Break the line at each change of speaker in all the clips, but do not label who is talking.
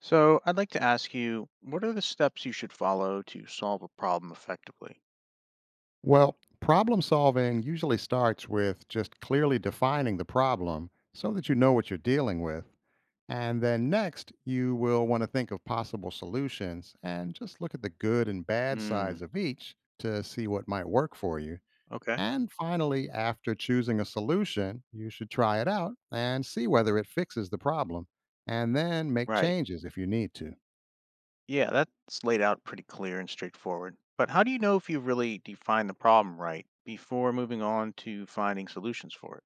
So, I'd like to ask you, what are the steps you should follow to solve a problem effectively?
Well, problem solving usually starts with just clearly defining the problem so that you know what you're dealing with. And then next, you will want to think of possible solutions and just look at the good and bad
Mm,
sides of each to see what might work for you.
okay.
And finally, after choosing a solution, you should try it out and see whether it fixes the problem, and then make
Right.
changes if you need to.
Yeah, that's laid out pretty clear and straightforward. But how do you know if you really defined the problem right before moving on to finding solutions for it?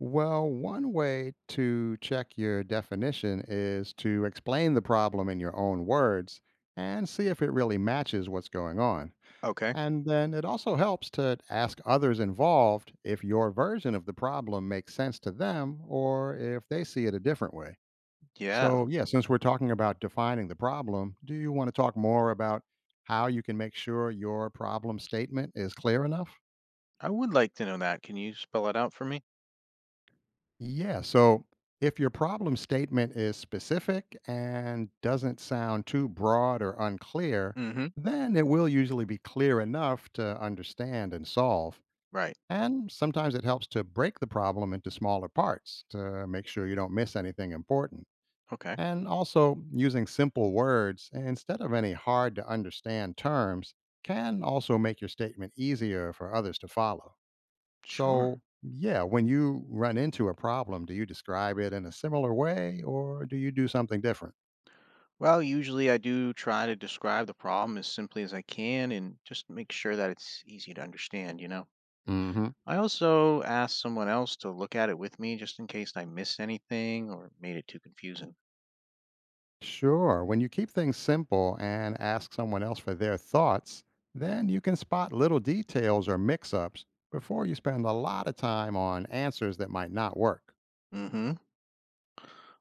Well, one way to check your definition is to explain the problem in your own words and see if it really matches what's going on.
Okay.
And then it also helps to ask others involved if your version of the problem makes sense to them or if they see it a different way.
Yeah.
So, yeah, since we're talking about defining the problem, do you want to talk more about how you can make sure your problem statement is clear enough?
I would like to know that. Can you spell it out for me?
Yeah. So if your problem statement is specific and doesn't sound too broad or unclear,
Mm-hmm.
then it will usually be clear enough to understand and solve.
Right.
And sometimes it helps to break the problem into smaller parts to make sure you don't miss anything important.
Okay.
And also, using simple words instead of any hard to understand terms can also make your statement easier for others to follow.
Sure.
So, yeah, when you run into a problem, do you describe it in a similar way or do you do something different?
Well, usually I do try to describe the problem as simply as I can and just make sure that it's easy to understand, you know?
Hmm.
I also asked someone else to look at it with me just in case I missed anything or made it too confusing.
Sure, when you keep things simple and ask someone else for their thoughts, then you can spot little details or mix ups before you spend a lot of time on answers that might not work.
Mm-hmm. Mhm.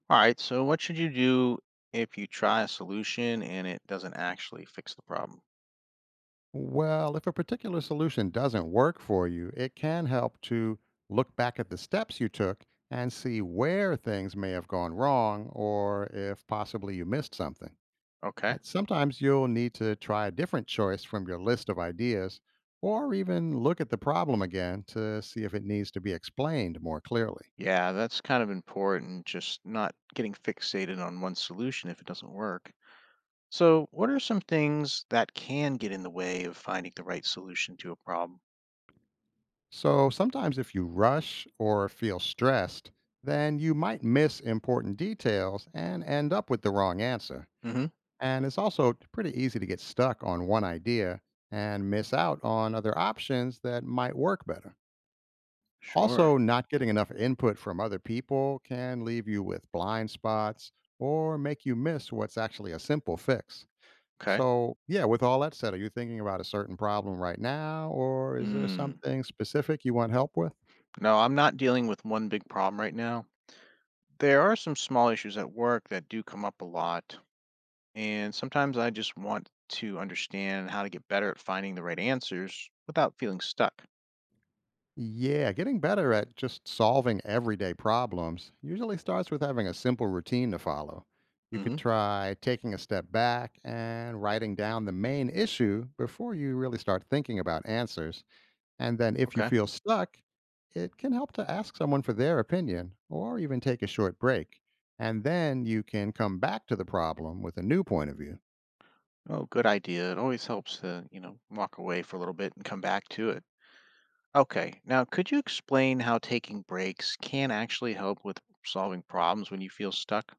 All right, so what should you do if you try a solution and it doesn't actually fix the problem?
Well, if a particular solution doesn't work for you, it can help to look back at the steps you took and see where things may have gone wrong or if possibly you missed something.
Okay.
And sometimes you'll need to try a different choice from your list of ideas, or even look at the problem again to see if it needs to be explained more clearly.
Yeah, that's kind of important just not getting fixated on one solution if it doesn't work. So, what are some things that can get in the way of finding the right solution to a problem?
So sometimes, if you rush or feel stressed, then you might miss important details and end up with the wrong answer.
Mm. Mhm.
And it's also pretty easy to get stuck on one idea and miss out on other options that might work better.
Sure.
Also, not getting enough input from other people can leave you with blind spots or make you miss what's actually a simple fix.
Okay.
So, yeah, with all that said, are you thinking about a certain problem right now, or is there
Mm.
something specific you want help with?
No, I'm not dealing with one big problem right now. There are some small issues at work that do come up a lot, and sometimes I just want to understand how to get better at finding the right answers without feeling stuck.
Yeah, getting better at just solving everyday problems usually starts with having a simple routine to follow. You could
Hmm.
try taking a step back and writing down the main issue before you really start thinking about answers. And then if you
Okay.
feel stuck, it can help to ask someone for their opinion or even take a short break. And then you can come back to the problem with a new point of view.
Oh, good idea. It always helps to walk away for a little bit and come back to it. Okay. Now, could you explain how taking breaks can actually help with solving problems when you feel stuck?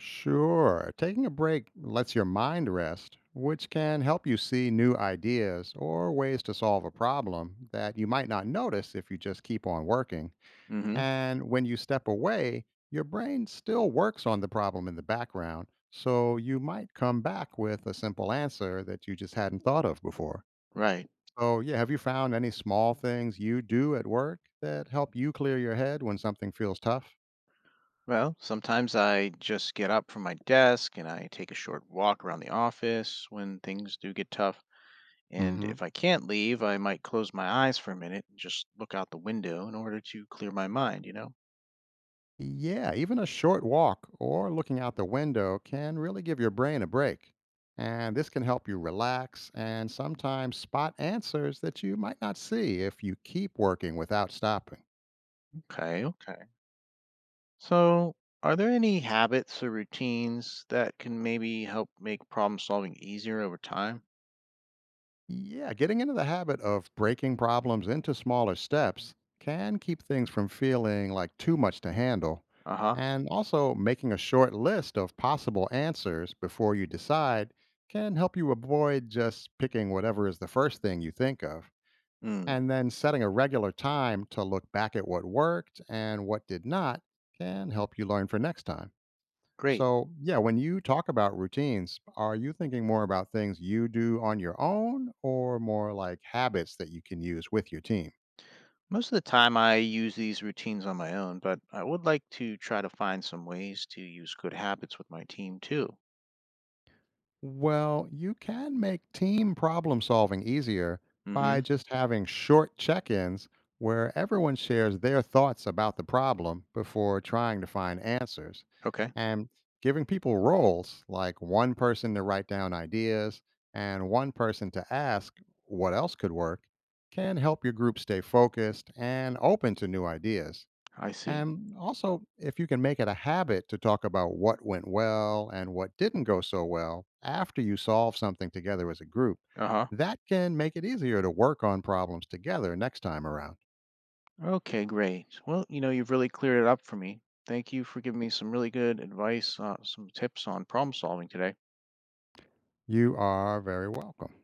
Sure. Taking a break lets your mind rest, which can help you see new ideas or ways to solve a problem that you might not notice if you just keep on working.
Hmm.
And when you step away, your brain still works on the problem in the background, so you might come back with a simple answer that you just hadn't thought of before.
Right.
So, yeah, have you found any small things you do at work that help you clear your head when something feels tough?
Well, sometimes I just get up from my desk and I take a short walk around the office when things do get tough.
Mm
And
hmm.
if I can't leave, I might close my eyes for a minute and just look out the window in order to clear my mind, you know?
Yeah, even a short walk or looking out the window can really give your brain a break. And this can help you relax and sometimes spot answers that you might not see if you keep working without stopping.
Okay, okay. So, are there any habits or routines that can maybe help make problem solving easier over time?
Yeah, getting into the habit of breaking problems into smaller steps can keep things from feeling like too much to handle.
Uh huh.
And also, making a short list of possible answers before you decide can help you avoid just picking whatever is the first thing you think of.
Mm,
And then setting a regular time to look back at what worked and what did not can help you learn for next time.
great.
So, yeah, when you talk about routines, are you thinking more about things you do on your own or more like habits that you can use with your team?
Most of the time, I use these routines on my own, but I would like to try to find some ways to use good habits with my team too.
Well, you can make team problem solving easier
Mm
by
hmm.
just having short check ins where everyone shares their thoughts about the problem before trying to find answers.
Okay,
And giving people roles, like one person to write down ideas and one person to ask what else could work, can help your group stay focused and open to new ideas.
I see.
And also, if you can make it a habit to talk about what went well and what didn't go so well after you solve something together as a group,
Uh huh.
that can make it easier to work on problems together next time around.
Okay, great. Well, you've really cleared it up for me. Thank you for giving me some really good advice, some tips on problem solving today.
You are very welcome.